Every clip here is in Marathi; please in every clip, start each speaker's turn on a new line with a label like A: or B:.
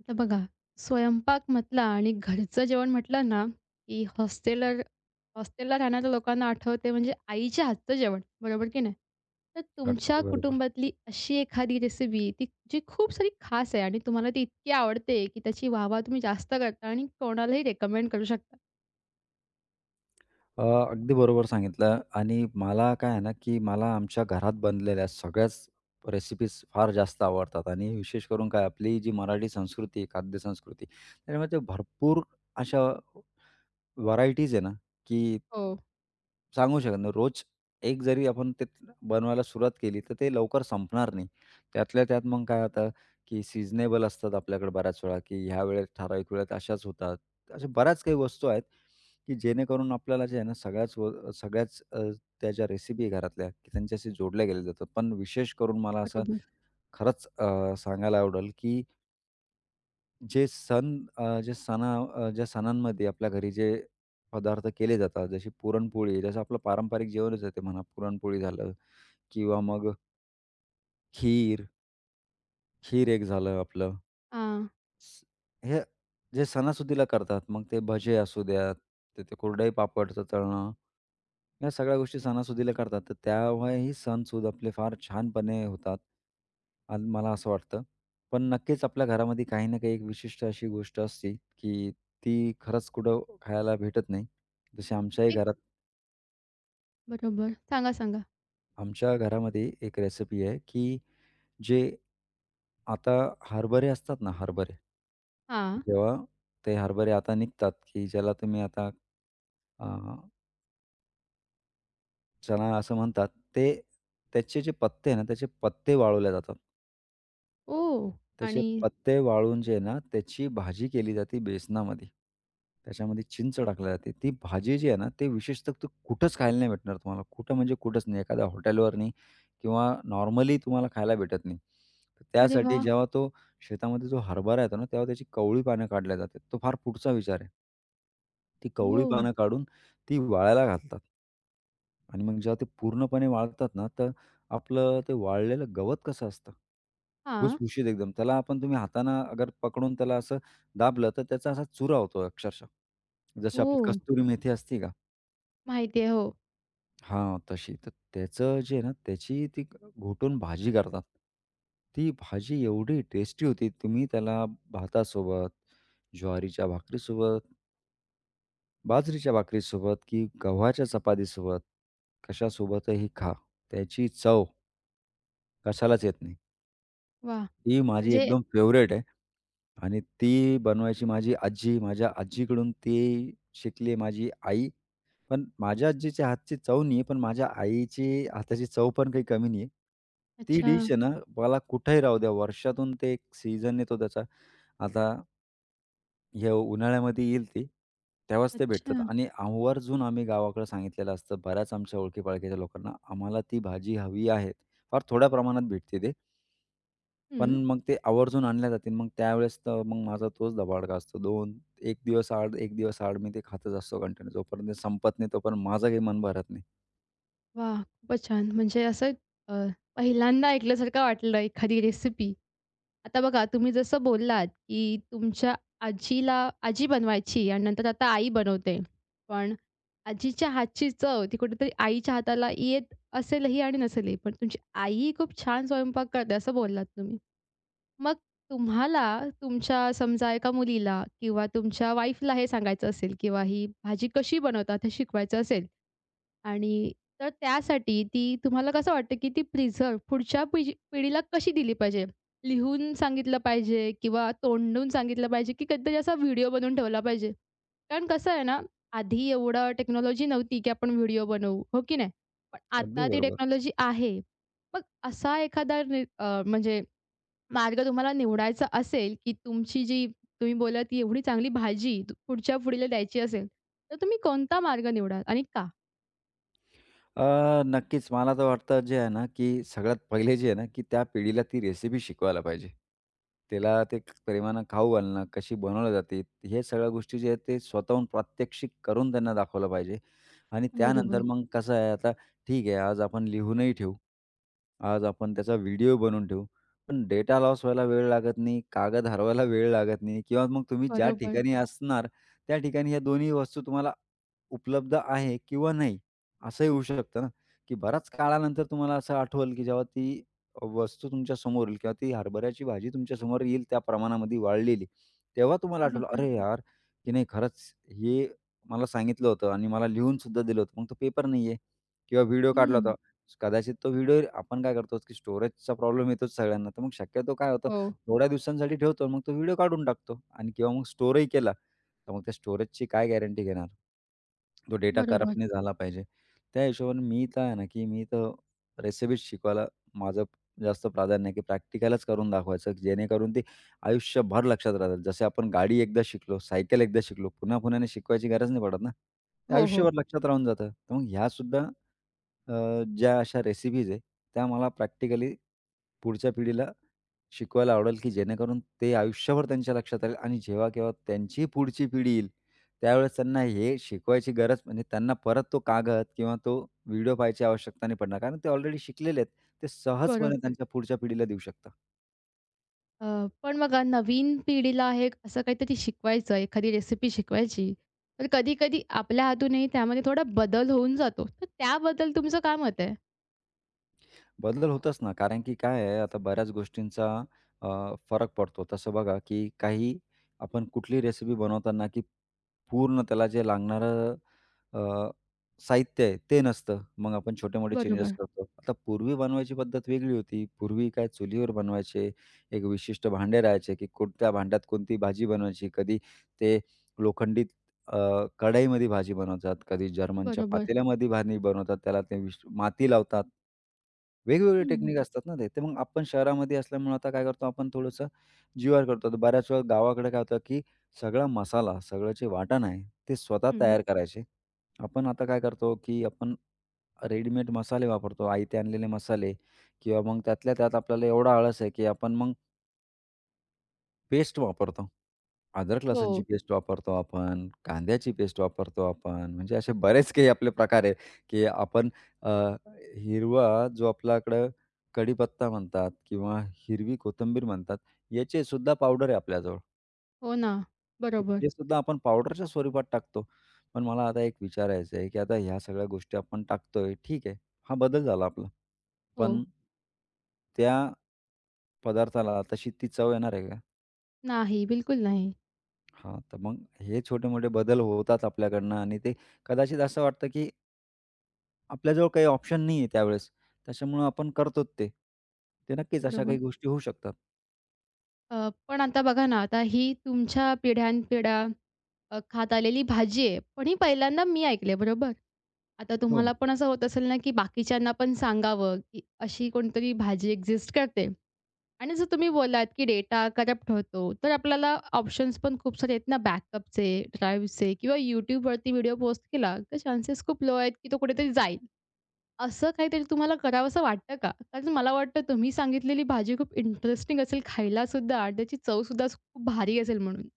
A: आता बघा, स्वयंपाक म्हटला आणि घरचं जेवण म्हटलं ना, की हॉस्टेलला हॉस्टेलला राहणाऱ्या लोकांना आठवते म्हणजे आईच्या हातचं जेवण, बरोबर की नाही? तर तुमच्या
B: अगदी बरोबर.
A: कुटुंबातली अशी एखादी रेसिपी ती जी खूप सारी खास आहे आणि तुम्हाला ती इतकी आवडते, की त्याची वाह-वाह तुम्ही जास्त करता आणि कोणालाही रेकमेंड करू शकता?
B: अ, अगदी बरोबर सांगितलं आणि मला काय आहे ना, की मला आमच्या घरात बनलेल्या सगळ्याच रेसिपीज फार जास्त आवडतात आणि विशेष करून काय आपली जी मराठी संस्कृती आहे, खाद्य संस्कृती त्याच्यामध्ये भरपूर अशा व्हरायटीज आहे ना, की
A: हो,
B: सांगू शकत नाही. रोज एक जरी आपण ते बनवायला सुरुवात केली, तर ते लवकर संपणार नाही. त्यातल्या त्यात मग काय होतं, की सीझनेबल असतात आपल्याकडे बऱ्याच वेळा, की ह्या वेळेत ठराविक वेळेत अशाच होतात. अशा बऱ्याच काही वस्तू आहेत, की जेणेकरून आपल्याला जे आहे ना सगळ्याच त्या ज्या रेसिपी घरातल्या, की त्यांच्याशी जोडल्या गेल्या जातात. पण विशेष करून मला असं
A: बरोबर.
B: खरंच सांगायला आवडेल, की जे सण अ, जे सणा अ, ज्या सणांमध्ये आपल्या घरी जे पदार्थ केले जातात, जशी पुरणपोळी, जसं आपलं पारंपरिक जेवणच आहे ते म्हणा, पुरणपोळी झालं किंवा मग खीर, खीर एक झालं आपलं.
A: हां.
B: स हे जे सणासुदीला करतात, मग ते भजे असू द्यात, तर ते कुरडई पापडचं तळणं, या सगळ्या गोष्टी सणासुदीला करतात. तर त्यामुळेही सणसुद आपले फार छानपणे होतात आणि मला असं वाटतं. पण नक्कीच आपल्या घरामध्ये काही ना काही एक विशिष्ट अशी गोष्ट असते, की ती खरंच कुठं खायला भेटत नाही. जशी आमच्याही
A: एक
B: घरात
A: बरोबर. सांगा, सांगा.
B: आमच्या घरामध्ये एक रेसिपी आहे की जे आता हरभरे असतात ना हरभरे,
A: हां.
B: जेव्हा ते हरभरे आता निघतात की ज्याला तुम्ही आता अ, चणा असं म्हणतात, ते त्याचे जे पत्ते आहे ना त्याचे पत्ते वाळवले जातात.
A: ओह!
B: त्याचे
A: आणि
B: पत्ते वाळून जे आहे ना, त्याची भाजी केली जाते बेसनामध्ये. त्याच्यामध्ये चिंच टाकली जाते. ती भाजी जी आहे ना, ते विशेषतः तू कुठंच खायला नाही भेटणार तुम्हाला. कुठं म्हणजे कुठंच नाही. एखाद्या हॉटेलवर नाही किंवा नॉर्मली तुम्हाला खायला भेटत नाही. तर
A: अरे
B: त्यासाठी
A: वाह!
B: जेव्हा तो शेतामध्ये जो हरभरा येतो ना, तेव्हा त्याची कवळी पानं काढल्या जातात. तो फार पुढचा विचार आहे. ती कवळी
A: हो.
B: पानं काढून ती वाळायला घालतात. आणि मग जेव्हा ते पूर्णपणे वाळतात ना, तर आपलं ते वाळलेलं गवत कसं असतं,
A: हां.
B: भुसभुशीत एकदम. त्याला आपण तुम्ही हातानं अगर पकडून त्याला असं दाबलं, तर त्याचा असा चुरा होतो अक्षरशः. जशी
A: हो.
B: आपली कस्तुरी मेथी असते का?
A: माहिती आहे. हो.
B: हां, तशी. तर त्याचं जे आहे ना, त्याची ती घोटून भाजी करतात. ती भाजी एवढी टेस्टी होती. तुम्ही त्याला भातासोबत, ज्वारीच्या भाकरीसोबत बाजरीच्या भाकरीसोबत की गव्हाच्या चपातीसोबत, कशासोबतही खा. त्याची चव कशालाच येत नाही.
A: वाह!
B: ती माझी
A: म्हणजे
B: एकदम फेवरेट आहे आणि ती बनवायची माझी आजी, माझ्या आजीकडून ती शिकली आहे माझी आई. पण माझ्या आजीच्या हातची चव नाही पण माझ्या आईची हाताची चव पण काही कमी नाही. ती
A: अच्छा,
B: डिश आहे ना, मला कुठेही राहू द्या, वर्षातून ते एक सीझन येतो त्याचा. आता हे उन्हाळ्यामध्ये येईल ती, तेव्हाच ते भेटतात
A: अच्छा.
B: आणि आवर्जून आम्ही गावाकडं सांगितलेलं असतं बऱ्याच आमच्या ओळखी-पाळखीच्या लोकांना, "आम्हाला ती भाजी हवी आहे." फार थोड्या प्रमाणात भेटते ते, पण
A: हं.
B: मग ते आवर्जून आणल्या जाते. मग त्यावेळेस तर मग माझा तोच धबाडका असतो. 2-1 दिवस आड, 1 दिवस आड मी ते खातच असतो कंटिन्यू. जोपर्यंत ते संपत नाही तोपर्यंत माझं काही मन भरत नाही.
A: वा, खूपच छान. म्हणजे असं अ, पहिल्यांदा ऐकल्यासारखं वाटलं एखादी रेसिपी. आता बघा तुम्ही जसं बोललात, की तुमच्या आजीला आजी बनवायची आणि नंतर आता आई बनवते. पण आजीच्या हातची चव ती कुठेतरी आईच्या हाताला येत असेलही आणि नसेलही. पण तुमची आई खूप छान स्वयंपाक करते असं बोललात तुम्ही. मग तुम्हाला तुमच्या समजा एका मुलीला किंवा तुमच्या वाईफला हे सांगायचं असेल किंवा ही भाजी कशी बनवतात हे शिकवायचं असेल, आणि तर त्यासाठी ती तुम्हाला कसं वाटतं, की ती प्रिझर्व्ह पुढच्या पिढीला कशी दिली पाहिजे? लिहून सांगितलं पाहिजे किंवा तोंडून सांगितलं पाहिजे, की कधीतरी असा व्हिडिओ बनवून ठेवला पाहिजे? कारण कसं आहे ना, आधी एवढं टेक्नॉलॉजी नव्हती, की आपण व्हिडिओ बनवू, हो की नाही? पण आता
B: अगदी
A: ती
B: बरोबर.
A: टेक्नॉलॉजी आहे. मग असा एखादा म्हणजे मार्ग तुम्हाला निवडायचा असेल, की तुमची जी तुम्ही बोललात, की एवढी चांगली भाजी पुढच्या पिढीला द्यायची असेल, तर तुम्ही कोणता मार्ग निवडाल आणि का?
B: नक्कीच. मला तर वाटतं जे आहे ना, की सगळ्यात पहिले जे आहे ना, की त्या पिढीला ती रेसिपी शिकवायला पाहिजे. तिला ते प्रेमानं खाऊ घालणं, कशी बनवली जाते, हे सगळ्या गोष्टी जे आहेत ते स्वतःहून प्रात्यक्षिक करून त्यांना दाखवलं पाहिजे. आणि त्यानंतर
A: बरोबर.
B: मग कसं आहे आता ठीक आहे आज आपण लिहूनही ठेवू. आज आपण त्याचा व्हिडिओ बनवून ठेवू. पण डेटा लॉस व्हायला वेळ लागत नाही, कागद हरवायला वेळ लागत नाही किंवा मग तुम्ही ज्या
A: बरोबर,
B: ठिकाणी असणार त्या ठिकाणी ह्या दोन्ही वस्तू तुम्हाला उपलब्ध आहे किंवा नाही, असंही होऊ शकतं ना, की बऱ्याच काळानंतर तुम्हाला असं आठवल, की जेव्हा ती वस्तू तुमच्या समोर येईल किंवा ती हरभऱ्याची भाजी तुमच्या समोर येईल त्या प्रमाणामध्ये वाळलेली. तेव्हा तुम्हाला आठवलं,
A: बरोबर.
B: "अरे यार, की नाही खरंच हे मला सांगितलं होतं आणि मला लिहून सुद्धा दिलं होतं. मग तो पेपर नाहीये किंवा व्हिडिओ काढला
A: हं.
B: होता." कदाचित तो व्हिडिओ आपण काय करतो, की स्टोरेजचा प्रॉब्लेम येतोच सगळ्यांना. तर मग शक्यतो काय होतं,
A: हो,
B: थोड्या दिवसांसाठी ठेवतो मग तो व्हिडिओ काढून टाकतो आणि किंवा मग स्टोअरही केला, तर मग त्या स्टोरेजची काय गॅरंटी घेणार? तो डेटा
A: बरोबर.
B: करप्ट नाही झाला पाहिजे. त्या हिशोबाने मी काय आहे ना, की मी तर रेसिपीज शिकवायला माझं जास्त प्राधान्य आहे, की प्रॅक्टिकलच करून दाखवायचं, जेणेकरून ते आयुष्यभर लक्षात राहतात. जसे आपण गाडी एकदा शिकलो, सायकल एकदा शिकलो, पुन्हा-पुन्हा शिकवायची गरज नाही पडत ना. ते
A: हो, हो.
B: आयुष्यभर लक्षात राहून जातं. तर मग ह्यासुद्धा ज्या अशा रेसिपीज आहे, त्या मला प्रॅक्टिकली पुढच्या पिढीला शिकवायला आवडेल, की जेणेकरून ते आयुष्यभर त्यांच्या लक्षात राहील आणि जेव्हा-केव्हा त्यांची पुढची पिढी येईल, त्यावेळेस त्यांना हे शिकवायची गरज म्हणजे त्यांना परत तो कागद किंवा तो व्हिडिओ पाहायची आवश्यकता नाही पडणार. कारण ते ऑलरेडी शिकलेले आहेत. ते सहजपणे
A: बरोबर.
B: त्यांच्या पुढच्या पिढीला देऊ शकतात.
A: अ, पण बघा नवीन पिढीला हे असं काहीतरी शिकवायचं, एखादी रेसिपी शिकवायची, तर कधी-कधी आपल्या हातूनही त्यामध्ये थोडा बदल होऊन जातो. तर त्याबद्दल तुमचं काय मत आहे?
B: बदल होतोच ना, कारण की काय आहे आता बऱ्याच गोष्टींचा फरक पडतो. तसं बघा, की काही आपण कुठली रेसिपी बनवताना, की पूर्ण त्याला जे लागणारं अ, साहित्य आहे ते नसतं. मग आपण छोटे-मोठे चेंजेस
A: बरोबर,
B: करतो. आता पूर्वी बनवायची पद्धत वेगळी होती. पूर्वी काय चुलीवर बनवायचे, एक विशिष्ट भांडे राहायचे, की कोणत्या भांड्यात कोणती भाजी बनवायची. कधी ते लोखंडी अ, कढईमध्ये भाजी बनवतात, कधी जर्मनच्या
A: बरोबर.
B: पातेल्यामध्ये भाजी बनवतात, त्याला ते विश माती लावतात. वेगवेगळे
A: हं,
B: टेक्निक असतात ना ते. तर मग आपण शहरामध्ये असल्यामुळे आता काय करतो आपण थोडंसं जीवावर करतो. तर बऱ्याच वेळा गावाकडे काय होतं, की सगळा मसाला, सगळं जे वाटण आहे, ते स्वतः
A: हं.
B: तयार करायचे. आपण आता काय करतो, की आपण रेडीमेड मसाले वापरतो. आयते आणलेले मसाले किंवा मग त्यातल्या त्यात आपल्याला एवढा आळस आहे, की आपण मग पेस्ट वापरतो. अदरक लसूणची
A: हो,
B: पेस्ट वापरतो आपण, कांद्याची पेस्ट वापरतो आपण. म्हणजे असे बरेच काही आपले प्रकार आहे, की आपण अ, हिरवा जो आपल्याकडं कढीपत्ता म्हणतात किंवा हिरवी कोथिंबीर म्हणतात, याचे सुद्धा पावडर आहे आपल्याजवळ.
A: हो ना.
B: ते
A: बरोबर.
B: ते सुद्धा आपण पावडरच्या स्वरूपात टाकतो. पण मला आता एक विचारायचं आहे, की आता ह्या सगळ्या गोष्टी आपण टाकतोय. ठीक आहे, हा बदल झाला आपला.
A: हो.
B: पण त्या पदार्थाला तशी ती चव येणार आहे का?
A: नाही, बिलकुल नाही.
B: हां, तर मग हे छोटे-मोठे बदल होतात आपल्याकडनं आणि ते कदाचित असं वाटतं, की आपल्याजवळ काही ऑप्शन नाहीये त्यावेळेस. त्याच्यामुळं आपण करतोच ते. ते नक्कीच अशा
A: बरोबर.
B: काही गोष्टी होऊ शकतात.
A: पण आता बघा ना, आता ही तुमच्या पिढ्यानपिढ्या खात आलेली भाजी आहे. पण ही पहिल्यांदा मी ऐकली आहे, बरोबर? आता
B: हो.
A: तुम्हाला पण असं होत असेल ना, की बाकीच्यांना पण सांगावं, की अशी कोणतरी भाजी एक्झिस्ट करते. आणि जर तुम्ही बोललात, की डेटा करप्ट होतो, तर आपल्याला ऑप्शन्स पण खूप सारे आहेत ना, बॅकअपचे, ड्राईव्हचे किंवा YouTubeवरती व्हिडिओ पोस्ट केला, तर चान्सेस खूप लो आहेत, की तो कुठेतरी जाईल. असं काहीतरी तुम्हाला करावंसं वाटतं का? कारण मला वाटतं तुम्ही सांगितलेली भाजी खूप इंटरेस्टिंग असेल खायलासुद्धा, त्याची चवसुद्धा खूप भारी असेल म्हणून.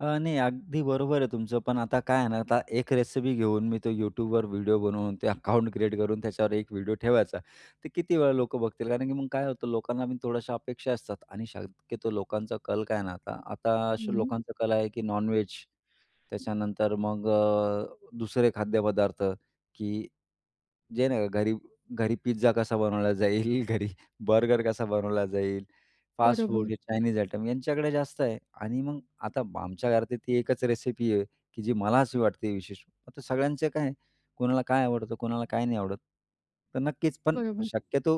B: नाही, अगदी बरोबर आहे तुमचं. पण आता काय आहे ना, आता एक रेसिपी घेऊन मी तो YouTubeवर व्हिडिओ बनवून ते अकाउंट क्रिएट करून त्याच्यावर एक व्हिडिओ ठेवायचा. ते किती वेळा लोकं बघतील? कारण की मग काय होतं लोकांना पण थोड्याशा अपेक्षा असतात आणि शक्यतो लोकांचा कल काय आहे ना आता, आता अशा
A: हं.
B: लोकांचा कल आहे की नॉन त्याच्यानंतर मग दुसरे खाद्यपदार्थ की जे नाही का घरी घरी पिझ्झा कसा बनवला जाईल, घरी बर्गर कसा बनवला जाईल. फास्ट फूड,
A: बरोबर,
B: हे चायनीज आयटम यांच्याकडे जास्त आहे आणि मग आता आमच्या घरात ती एकच रेसिपी आहे, की जी मला अशी वाटते विशेष. आता सगळ्यांचं काय आहे, कोणाला काय आवडतं, कोणाला काय नाही आवडत. तर नक्कीच, पण
A: बरोबर.
B: शक्यतो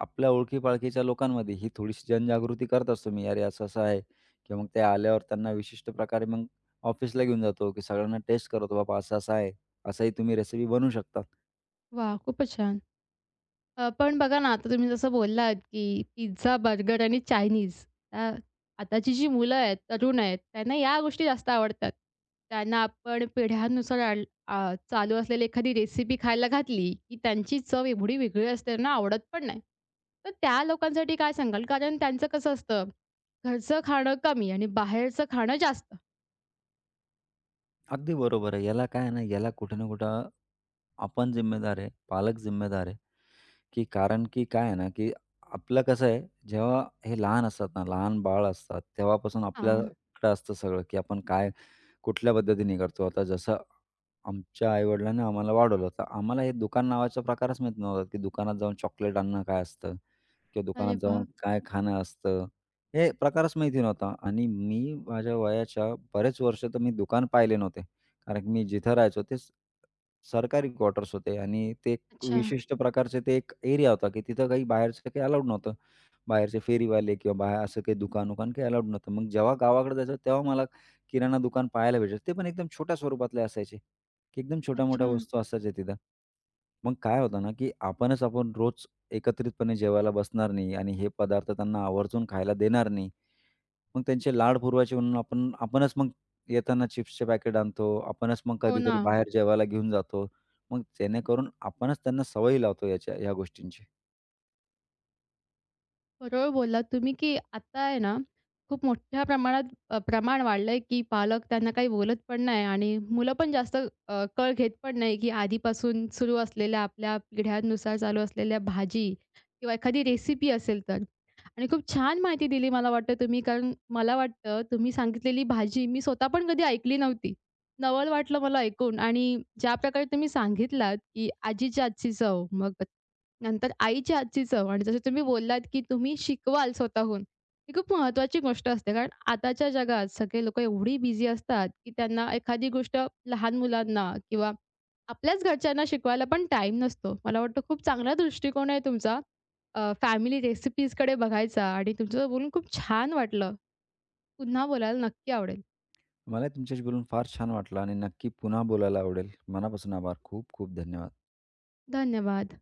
B: आपल्या ओळखी-पाळखीच्या लोकांमध्ये ही थोडीशी जनजागृती करत असतो मी, "अरे, असं-असं आहे." किंवा मग ते आल्यावर त्यांना विशिष्ट प्रकारे मग ऑफिसला घेऊन जातो, की सगळ्यांना टेस्ट करतो, "बाबा असं-असं आहे, असंही तुम्ही रेसिपी बनवू शकता."
A: वाह! खूपच छान. पण बघा ना, आता तुम्ही जसं बोललात, की पिझ्झा, बर्गर आणि चायनीज. अ, आताची जी मुलं आहेत, तरुण आहेत, त्यांना या गोष्टी जास्त आवडतात. त्यांना आपण पिढ्यांनुसार चालू असलेली एखादी रेसिपी खायला घातली, की त्यांची चव एवढी वेगळी असते, त्यांना आवडत पण नाही. तर त्या लोकांसाठी काय सांगाल? कारण त्यांचं कसं असतं, घरचं खाणं कमी आणि बाहेरचं खाणं जास्त.
B: अगदी बरोबर आहे. याला काय आहे ना, याला कुठे ना कुठं आपण जिम्मेदार आहे, पालक जिम्मेदार आहे. की कारण की काय आहे ना, की आपलं कसं आहे, जेव्हा हे लहान असतात ना, लहान बाळ असतात, तेव्हापासून
A: हां.
B: आपल्याकडे असतं सगळं, की आपण काय कुठल्या पद्धतीने करतो. आता जसं आमच्या आई-वडिलांनी आम्हाला वाढवलं, तर आम्हाला हे दुकान नावाचा प्रकारच माहीत नव्हता, की दुकानात जाऊन चॉकलेट आणणं काय असतं किंवा
A: अरे
B: दुकानात
A: वाह!
B: जाऊन काय खाणं असतं, हे प्रकारच माहिती नव्हता. आणि मी माझ्या वयाच्या बरेच वर्ष तर मी दुकान पाहिले नव्हते. कारण की मी जिथं राहायचो तेच सरकारी क्वार्टर्स होते आणि ते एक
A: अच्छा,
B: विशिष्ट प्रकारचे ते एक एरिया होता, की तिथं काही बाहेरचं काही अलाउड नव्हतं. बाहेरचे फेरीवाले किंवा बाहेर असं काही दुकान-वुकान काही अलाउड नव्हतं. मग जेव्हा गावाकडे जायचो तेव्हा मला किराणा दुकान पाहायला भेटायचं. ते पण एकदम छोट्या स्वरूपातले असायचे, की एकदम छोट्या-मोठ्या
A: अच्छा.
B: वस्तू असायच्या तिथं. मग काय होतं ना, की आपणच आपण रोज एकत्रितपणे जेवायला बसणार नाही आणि हे पदार्थ त्यांना आवर्जून खायला देणार नाही. मग त्यांचे लाड पुरवायचे म्हणून आपण आपणच मग येताना चिप्सचे पॅकेट आणतो. आपणच मग
A: हो ना.
B: कधीतरी बाहेर जेवायला घेऊन जातो. मग जेणेकरून आपणच त्यांना सवयी लावतो याच्या ह्या गोष्टींची.
A: बरोबर बोललात तुम्ही, की आता आहे ना, खूप मोठ्या प्रमाणात प्रमाण वाढलंय, की पालक त्यांना काही बोलत पण नाही आणि मुलं पण जास्त कळ घेत पण नाही, की आधीपासून सुरू असलेल्या आपल्या पिढ्यांनुसार चालू असलेल्या भाजी किंवा एखादी रेसिपी असेल तर. आणि खूप छान माहिती दिली मला वाटतं तुम्ही. कारण मला वाटतं तुम्ही सांगितलेली भाजी मी स्वतः पण कधी ऐकली नव्हती. नवल वाटलं मला ऐकून आणि ज्याप्रकारे तुम्ही सांगितलात, की आजीच्या हातची चव, मग नंतर आईच्या हातची चव आणि जसं तुम्ही बोललात, की तुम्ही शिकवाल स्वतःहून. ही खूप महत्त्वाची गोष्ट असते. कारण आताच्या जगात सगळे लोकं एवढी बिझी असतात, की त्यांना एखादी गोष्ट लहान मुलांना किंवा आपल्याच घरच्यांना शिकवायला पण टाईम नसतो. मला वाटतं खूप चांगला दृष्टिकोन आहे तुमचा फॅमिली रेसिपीजकडे बघायचा आणि तुमच्यासोबत बोलून खूप छान वाटलं. पुन्हा बोलायला नक्की आवडेल.
B: मला तुमच्याशी बोलून फार छान वाटलं आणि नक्की पुन्हा बोलायला आवडेल. मनापासून आभार. खूप खूप धन्यवाद.
A: धन्यवाद.